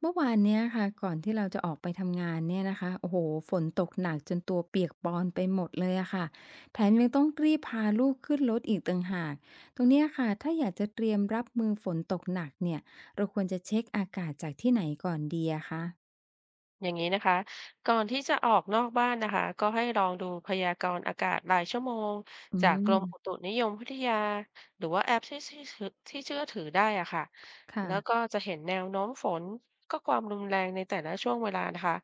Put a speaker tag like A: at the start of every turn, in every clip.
A: เมื่อวานเนี้ยค่ะก่อนที่เราจะออกไปทำงานเนี่ยนะคะโอ้โหฝนตกหนักจนตัวเปียกปอนไปหมดเลยอะค่ะแถมยังต้องรีบพาลูกขึ้นรถอีกต่างหากตรงเนี้ยค่ะถ้าอยากจะเตรียมรับมือฝนตกหนักเนี่ยเราควรจะเช็คอากาศจากที่ไหนก่อนดีอะคะ
B: อย่างนี้นะคะก่อนที่จะออกนอกบ้านนะคะก็ให้ลองดูพยากรณ์อากาศรายชั่วโมง
A: อื
B: จากก
A: ม
B: รมอุตุนิยมวิทยาหรือว่าแอปที่เชื่อถือได้อะค่ะแล้วก็
A: ค่ะ
B: จะเห็นแนวโน้มฝนก็ความรุนแรงในแต่ละช่วงเวลานะคะ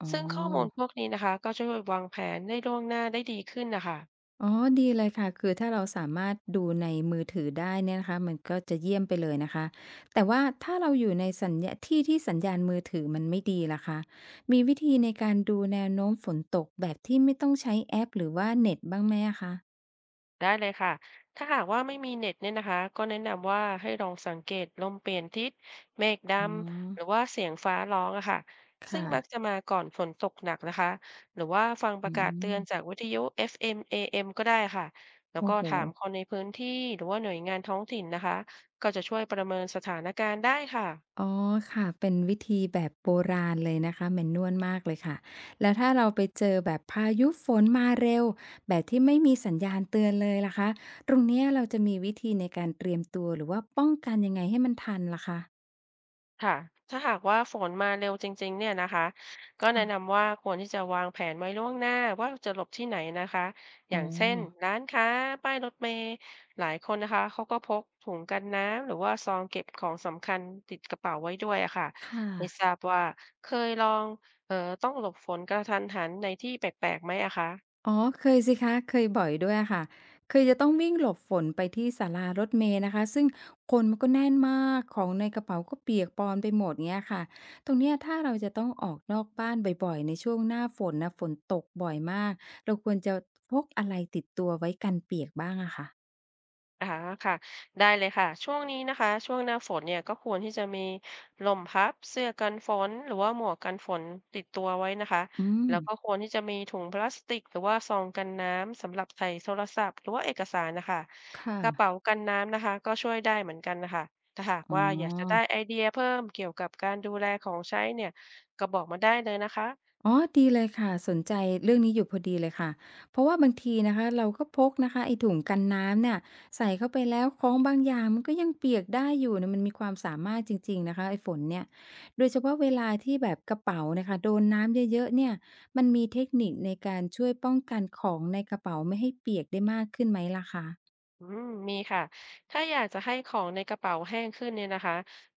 A: อ๋อ
B: ซึ่งข้อมูลพวกนี้นะคะก็ช่วยวางแผนได้ล่วงหน้าได้ดีขึ้นนะคะ
A: อ๋อดีเลยค่ะ คือถ้าเราสามารถดูในมือถือได้เนี่ยนะคะ มันก็จะเยี่ยมไปเลยนะคะ แต่ว่าถ้าเราอยู่ในสัญญาที่สัญญาณมือถือมันไม่ดีล่ะคะ มีวิธีในการดูแนวโน้มฝนตกแบบที่ไม่ต้องใช้แอปหรือว่าเน็ตบ้างไหมอะคะ
B: ได้เลยค่ะ ถ้าหากว่าไม่มีเน็ตเนี่ยนะคะ ก็แนะนำว่าให้ลองสังเกตลมเปลี่ยนทิศเมฆด
A: อ๋
B: ำ หรือ
A: อ
B: ว่าเสียงฟ้าร้องอะค่ะซึ่งมักจะ
A: ค่ะ
B: มาก่อนฝนตกหนักนะคะ หรือว่าฟังป
A: อื
B: ระกาศเตือ
A: ม
B: นจากวิทยุ FM AM ก็ได้ค่ะ แล้ว
A: โอ้
B: ก็
A: โฮ
B: ถามคนในพื้นที่ หรือว่าหน่วยงานท้องถิ่นนะคะ ก็จะช่วยประเมินสถานการณ์ได้ค่ะ
A: อ๋อค่ะเป็นวิธีแบบโบราณเลยนะคะแมนนวลมากเลยค่ะแล้วถ้าเราไปเจอแบบพายุฝนมาเร็วแบบที่ไม่มีสัญญาณเตือนเลยล่ะคะตรงเนี้ยเราจะมีวิธีในการเตรียมตัวหรือว่าป้องกันยังไงให้มันทันล่ะคะ
B: ค่ะถ้าหากว่าฝนมาเร็วจริงๆเนี่ยนะคะก็แนะ
A: ค่ะ
B: นำว่าควรที่จะวางแผนไว้ล่วงหน้าว่าจะหลบที่ไหนนะคะอ
A: อ๋อ
B: ย่างเช่นร้านค้า ป้ายรถเมล์หลายคนนะคะเขาก็พกถุงกันน้ำหรือว่าซองเก็บของสำคัญติดกระเป๋าไว้ด้วยอะค่ะ
A: ค่ะ
B: ไม่ทราบว่าเคยลองเอ่อต้องหลบฝนกระทันหันในที่แปลกๆไหมอะคะ
A: อ๋อเคยสิคะเคยบ่อยด้วยอะค่ะคือจะต้องวิ่งหลบฝนไปที่ศาลารถเมล์นะคะซึ่งคนมันก็แน่นมากของในกระเป๋าก็เปียกปอนไปหมดเงี้ยค่ะตรงเนี้ยถ้าเราจะต้องออกนอกบ้านบ่อยๆในช่วงหน้าฝนนะฝนตกบ่อยมากเราควรจะพกอะไรติดตัวไว้กันเปียกบ้างอะค่ะ
B: อาค่ะได้เลยค่ะช่วงนี้นะคะช่วงหน้าฝนเนี่ยก็ควรที่จะมีล่มพับเสื้อกันฝนหรือว่าหมวกกันฝนติดตัวไว้นะคะ
A: อืม
B: แล้วก็ควรที่จะมีถุงพลาสติกหรือว่าซองกันน้ำสำหรับใส่โทรศัพท์หรือว่าเอกสารนะคะ
A: ค่ะ
B: กระเป๋ากันน้ำนะคะก็ช่วยได้เหมือนกันนะคะถ้าหาก
A: อ๋
B: ว่าอยากจะได้
A: อ
B: ไอเดียเพิ่มเกี่ยวกับการดูแลของใช้เนี่ยก็บอกมาได้เลยนะคะ
A: อ๋อดีเลยค่ะสนใจเรื่องนี้อยู่พอดีเลยค่ะเพราะว่าบางทีนะคะเราก็พกนะคะไอ้ถุงกันน้ำเนี่ยใส่เข้าไปแล้วของบางอย่างมันก็ยังเปียกได้อยู่เนี่ยมันมีความสามารถจริงๆนะคะไอ้ฝนเนี่ยโดยเฉพาะเวลาที่แบบกระเป๋านะค่ะโดนน้ำเยอะๆเนี่ยมันมีเทคนิคในการช่วยป้องกันของในกระเป๋าไม่ให้เปียกได้มากขึ้นไหมล่ะคะ
B: อืมมีค่ะ ถ้าอยากจะให้ของในกระเป๋าแห้งขึ้นเนี่ยนะคะ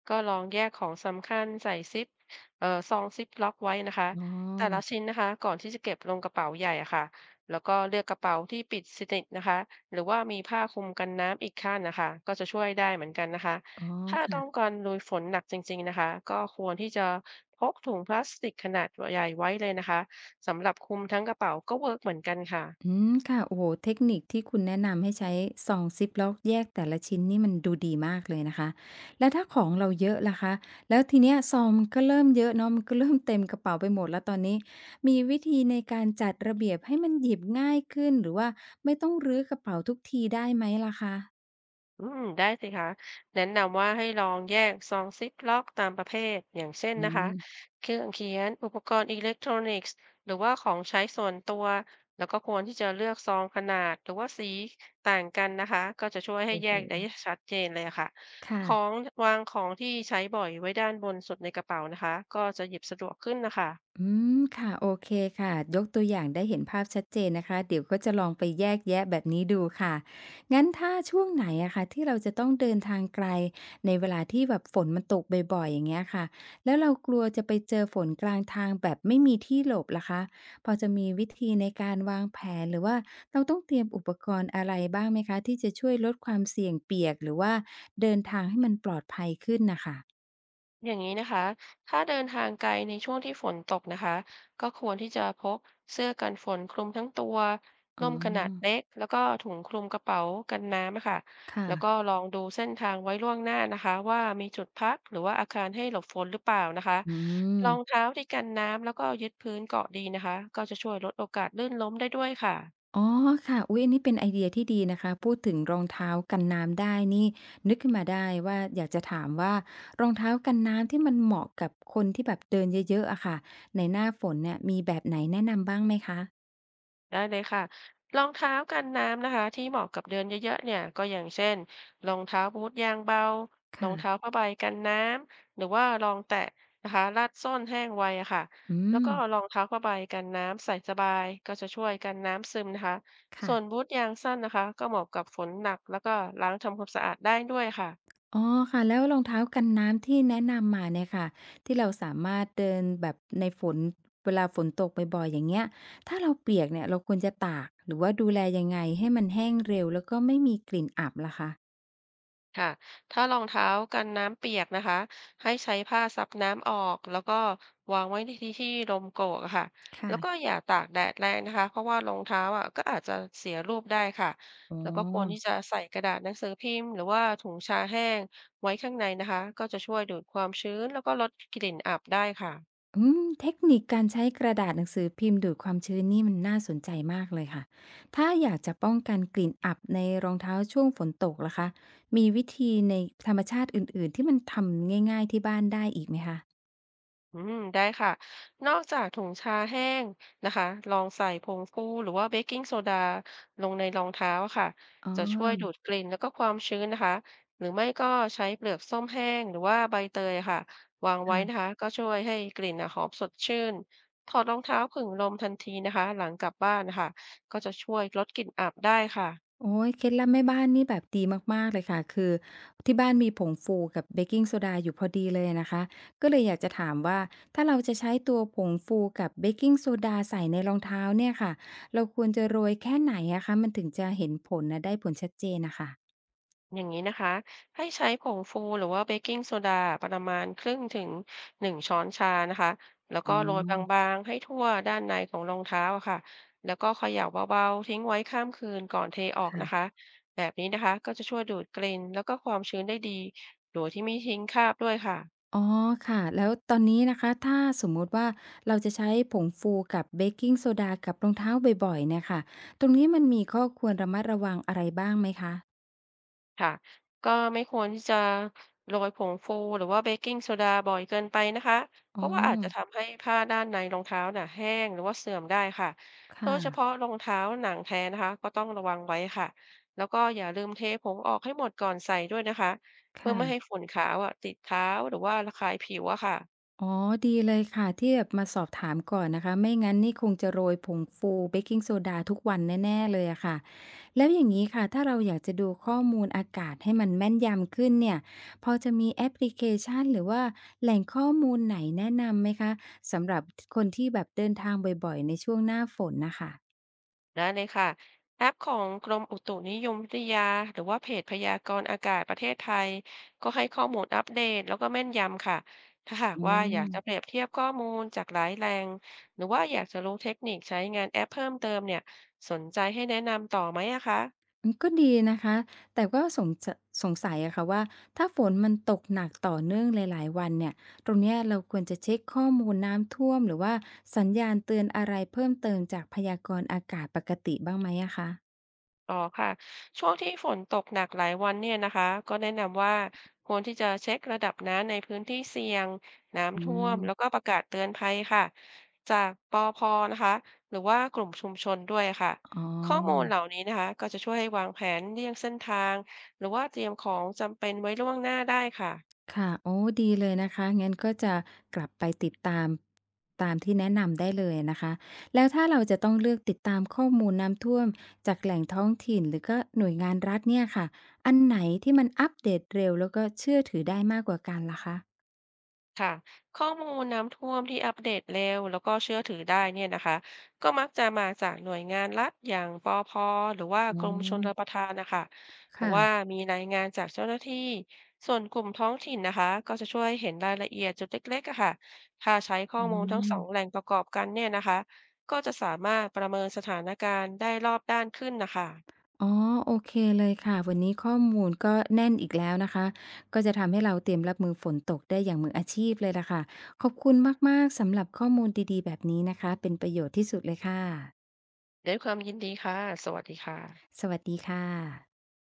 B: ก็ลองแยกของสำคัญใส่ซิปซองซิปล็อกไว้นะคะ
A: อ๋
B: แต่ละ
A: อ
B: ชิ้นนะคะก่อนที่จะเก็บลงกระเป๋าใหญ่อะค่ะ แล้วก็เลือกกระเป๋าที่ปิดสนิทนะคะหรือว่ามีผ้าคลุมกันน้ำอีกข้างนะคะก็จะช่วยได้เหมือนกันนะคะ
A: อ๋อ
B: ถ้าต้อง
A: ค่ะ
B: การลุยฝนหนักจริงๆนะคะก็ควรที่จะพกถุงพลาสติกขนาดใหญ่ไว้เลยนะคะสำหรับคลุมทั้งกระเป๋าก็เวิร์กเหมือนกัน
A: อื
B: ค่ะ
A: มค่ะโอ้โฮเทคนิคที่คุณแนะนำให้ใช้ซองซิปล็อกแยกแต่ละชิ้นนี่มันดูดีมากเลยนะคะแล้วถ้าของเราเยอะล่ะคะแล้วทีเนี้ยซองมันก็เริ่มเยอะเนาะมันก็เริ่มเต็มกระเป๋าไปหมดแล้วตอนนี้มีวิธีในการจัดระเบียบให้มันหยิบง่ายขึ้นหรือว่าไม่ต้องรื้อกระเป๋าทุกทีได้ไหมล่ะคะ
B: อืมได้สิคะแนะนำว่าให้ลองแยกซองซิปล็อกตามประเภทอย่างเช่น
A: อื
B: นะคะ
A: ม
B: เครื่องเขียนอุปกรณ์อิเล็กทรอนิกส์หรือว่าของใช้ส่วนตัว แล้วก็ควรที่จะเลือกซองขนาดหรือว่าสีต่างกันนะคะ ก็จะช่วยให้
A: โอ้
B: แย
A: โฮ
B: กได้ชัดเจนเลยค่ะ ข
A: ค่ะ
B: องวางของที่ใช้บ่อยไว้ด้านบนสุดในกระเป๋านะคะ ก็จะหยิบสะดวกขึ้นนะคะ
A: อืมค่ะโอเคค่ะยกตัวอย่างได้เห็นภาพชัดเจนนะคะเดี๋ยวก็จะลองไปแยกแยะแบบนี้ดูค่ะงั้นถ้าช่วงไหนอะค่ะที่เราจะต้องเดินทางไกลในเวลาที่แบบฝนมันตกบ่อยๆอย่างเงี้ยค่ะแล้วเรากลัวจะไปเจอฝนกลางทางแบบไม่มีที่หลบล่ะคะพอจะมีวิธีในการวางแผนหรือว่าเราต้องเตรียมอุปกรณ์อะไรบ้างไหมคะที่จะช่วยลดความเสี่ยงเปียกหรือว่าเดินทางให้มันปลอดภัยขึ้นน่ะค่ะ
B: อย่างนี้นะคะ ถ้าเดินทางไกลในช่วงที่ฝนตกนะคะก็ควรที่จะพกเสื้อกันฝนคลุมทั้งตัว
A: อ๋
B: ร่มขนาด
A: อ
B: เล็กแล้วก็ถุงคลุมกระเป๋ากันน้ำอะค่ะ
A: ค่ะ
B: แล้วก็ลองดูเส้นทางไว้ล่วงหน้านะคะว่ามีจุดพักหรือว่าอาคารให้หลบฝนหรือเปล่านะคะ
A: อื
B: ร
A: ม
B: องเท้าที่กันน้ำแล้วก็ยึดพื้นเกาะดีนะคะก็จะช่วยลดโอกาสลื่นล้มได้ด้วยค่ะ
A: อ๋อค่ะอุ๊ยอันนี้เป็นไอเดียที่ดีนะคะพูดถึงรองเท้ากันน้ำได้นี่นึกขึ้นมาได้ว่าอยากจะถามว่ารองเท้ากันน้ำที่มันเหมาะกับคนที่แบบเดินเยอะๆอะค่ะในหน้าฝนเนี่ยมีแบบไหนแนะนำบ้างไหมคะ
B: ได้เลยค่ะรองเท้ากันน้ำนะคะที่เหมาะกับเดินเยอะๆเนี่ยก็อย่างเช่นรองเท้าบูทยางเบารองเท้า
A: ค่ะ
B: ผ้าใบกันน้ำหรือว่ารองแตะนะคะลาดส้นแห้งไวอะค่ะ
A: อื
B: แล้ว
A: ม
B: ก็รองเท้าผ้าใบกันน้ำใส่สบายก็จะช่วยกันน้ำซึมนะคะส่วน
A: ค่ะ
B: บูทยางสั้นนะคะก็เหมาะกับฝนหนักแล้วก็ล้างทำความสะอาดได้ด้วยค่ะ
A: อ๋อค่ะแล้วรองเท้ากันน้ำที่แนะนำมาเนี่ยค่ะที่เราสามารถเดินแบบในฝนเวลาฝนตกบ่อยๆอย่างเงี้ยถ้าเราเปียกเนี่ยเราควรจะตากหรือว่าดูแลยังไงให้มันแห้งเร็วแล้วก็ไม่มีกลิ่นอับล่ะคะ
B: ค่ะถ้ารองเท้ากันน้ำเปียกนะคะให้ใช้ผ้าซับน้ำออกแล้วก็วางไว้ในที่ที่ลมโกกอะค่ะแล้วก็
A: ค่ะ
B: อย่าตากแดดแรงนะคะเพราะว่ารองเท้าอ่ะก็อาจจะเสียรูปได้ค่ะ
A: อ๋อ
B: แล้วก็ควรที่จะใส่กระดาษหนังสือพิมพ์หรือว่าถุงชาแห้งไว้ข้างในนะคะก็จะช่วยดูดความชื้นแล้วก็ลดกลิ่นอับได้ค่ะ
A: อืมเทคนิคการใช้กระดาษหนังสือพิมพ์ดูดความชื้นนี่มันน่าสนใจมากเลยค่ะถ้าอยากจะป้องกันกลิ่นอับในรองเท้าช่วงฝนตกล่ะคะมีวิธีในธรรมชาติอื่นๆที่มันทำง่ายๆที่บ้านได้อีกไหมคะ
B: อืมได้ค่ะนอกจากถุงชาแห้งนะคะลองใส่ผงฟูหรือว่าเบกกิ้งโซดาลงในรองเท้าค่ะ
A: อ๋
B: จะช่วยดู
A: อ
B: ดกลิ่นแล้วก็ความชื้นนะคะหรือไม่ก็ใช้เปลือกส้มแห้งหรือว่าใบเตยค่ะวางไว้นะ
A: ค่ะ
B: คะก็ช่วยให้กลิ่นอะหอมสดชื่น ถอดรองเท้าผึ่งลมทันทีนะคะหลังกลับบ้านนะคะก็จะช่วยลดกลิ่นอับได้ค่ะ
A: โอ้ยเคล็ดลับแม่บ้านนี่แบบดีมากๆเลยค่ะคือที่บ้านมีผงฟูกับเบกกิงโซดาอยู่พอดีเลยนะคะก็เลยอยากจะถามว่าถ้าเราจะใช้ตัวผงฟูกับเบกกิงโซดาใส่ในรองเท้าเนี่ยค่ะเราควรจะโรยแค่ไหนอะคะมันถึงจะเห็นผลนะได้ผลชัดเจนน่ะค่ะ
B: อย่างนี้นะคะให้ใช้ผงฟูหรือว่าเบกกิ้งโซดาประมาณครึ่งถึง1 ช้อนชานะคะแล้ว
A: อ๋
B: ก็โรย
A: อ
B: บางๆให้ทั่วด้านในของรองเท้าอะค่ะแล้วก็เขย่าเบาๆทิ้งไว้ข้ามคืนก่อนเทออกนะคะ
A: ค่ะ
B: แบบนี้นะคะก็จะช่วยดูดกลิ่นแล้วก็ความชื้นได้ดีโดยที่ไม่ทิ้งคราบด้วยค่ะ
A: อ๋อค่ะแล้วตอนนี้นะคะถ้าสมมุติว่าเราจะใช้ผงฟูกับเบกกิงโซดากับรองเท้าบ่อยๆเนี่ยค่ะตรงนี้มันมีข้อควรระมัดระวังอะไรบ้างไหมคะ
B: ค่ะก็ไม่ควรที่จะโรยผงฟูหรือว่าเบกกิงโซดาบ่อยเกินไปนะคะเพ
A: อ๋อ
B: ราะว่าอาจจะทำให้ผ้าด้านในรองเท้าน่ะแห้งหรือว่าเสื่อมได้ค่ะโด
A: ค่ะ
B: ยเฉพาะรองเท้าหนังแท้นะคะก็ต้องระวังไว้ค่ะแล้วก็อย่าลืมเทผงออกให้หมดก่อนใส่ด้วยนะคะเพื่อ
A: ค่ะ
B: ไม่ให้ฝุ่นขาวอ่ะติดเท้าหรือว่าระคายผิวอะค่ะ
A: อ๋อดีเลยค่ะที่แบบมาสอบถามก่อนนะคะ ไม่งั้นนี่คงจะโรยผงฟูเบกกิงโซดาทุกวันแน่ๆเลยอะค่ะ แล้วอย่างนี้ค่ะถ้าเราอยากจะดูข้อมูลอากาศให้มันแม่นยำขึ้นเนี่ยพอจะมีแอปพลิเคชันหรือว่าแหล่งข้อมูลไหนแนะนำไหมคะสำหรับคนที่แบบเดินทางบ่อยๆในช่วงหน้าฝนน่ะค่ะ
B: ได้เลยค่ะแอปของกรมอุตุนิยมวิทยาหรือว่าเพจพยากรณ์อากาศประเทศไทยก็ให้ข้อมูลอัปเดตแล้วก็แม่นยำค่ะถ้าหาก
A: อ
B: ว่าอยาก
A: อ
B: จะเปรียบเทียบข้อมูลจากหลายแหล่งหรือว่าอยากจะรู้เทคนิคใช้งานแอปเพิ่มเติมเนี่ยสนใจให้แนะนำต่อไหมอะคะ
A: อืมก็ดีนะคะ แต่ก็สงสัยอะค่ะว่าถ้าฝนมันตกหนักต่อเนื่องหลายๆวันเนี่ย ตรงเนี้ยเราควรจะเช็กข้อมูลน้ำท่วมหรือว่าสัญญาณเตือนอะไรเพิ่มเติมจากพยากรณ์อากาศปกติบ้างไหมอะคะ
B: อ๋อค่ะช่วงที่ฝนตกหนักหลายวันเนี่ยนะคะก็แนะนำว่าควรที่จะเช็คระดับน้ำในพื้นที่เสี่ยง
A: อื
B: น้ำท่ว
A: ม
B: มแล้วก็ประกาศเตือนภัยค่ะจากปอพนะคะหรือว่ากลุ่มชุมชนด้วยค่ะ
A: อ๋
B: ข้อมูลเห
A: อ
B: ล่านี้นะคะก็จะช่วยให้วางแผนเลี่ยงเส้นทางหรือว่าเตรียมของจำเป็นไว้ล่วงหน้าได้ค่ะ
A: ค่ะโอ้ดีเลยนะคะงั้นก็จะกลับไปติดตามตามที่แนะนำได้เลยนะคะแล้วถ้าเราจะต้องเลือกติดตามข้อมูลน้ำท่วมจากแหล่งท้องถิ่นหรือก็หน่วยงานรัฐเนี่ยค่ะอันไหนที่มันอัปเดตเร็วแล้วก็เชื่อถือได้มากกว่ากันล่ะคะ
B: ค่ะข้อมูลน้ำท่วมที่อัปเดตเร็วแล้วก็เชื่อถือได้เนี่ยนะคะก็มักจะมาจากหน่วยงานรัฐอย่างปอพหรือว่า
A: อ๋
B: ก
A: อ
B: รมชลประทานนะคะเพราะ
A: ค่ะ
B: ว่ามีรายงานจากเจ้าหน้าที่ส่วนกลุ่มท้องถิ่นนะคะก็จะช่วยเห็นรายละเอียดจุดเล็กๆอะค่ะถ้าใช้ข้อ
A: อื
B: มูลทั้งสองแหล่
A: ม
B: งประกอบกันเนี่ยนะคะก็จะสามารถประเมินสถานการณ์ได้รอบด้านขึ้นนะคะ
A: อ๋อโอเคเลยค่ะวันนี้ข้อมูลก็แน่นอีกแล้วนะคะก็จะทำให้เราเตรียมรับมือฝนตกได้อย่างมืออาชีพเลยล่ะค่ะขอบคุณมากๆสำหรับข้อมูลดีๆแบบนี้นะคะเป็นประโยชน์ที่สุดเลยค่ะ
B: ด้วยความยินดีค่ะสวัสดีค่ะ
A: สวัสดีค่ะ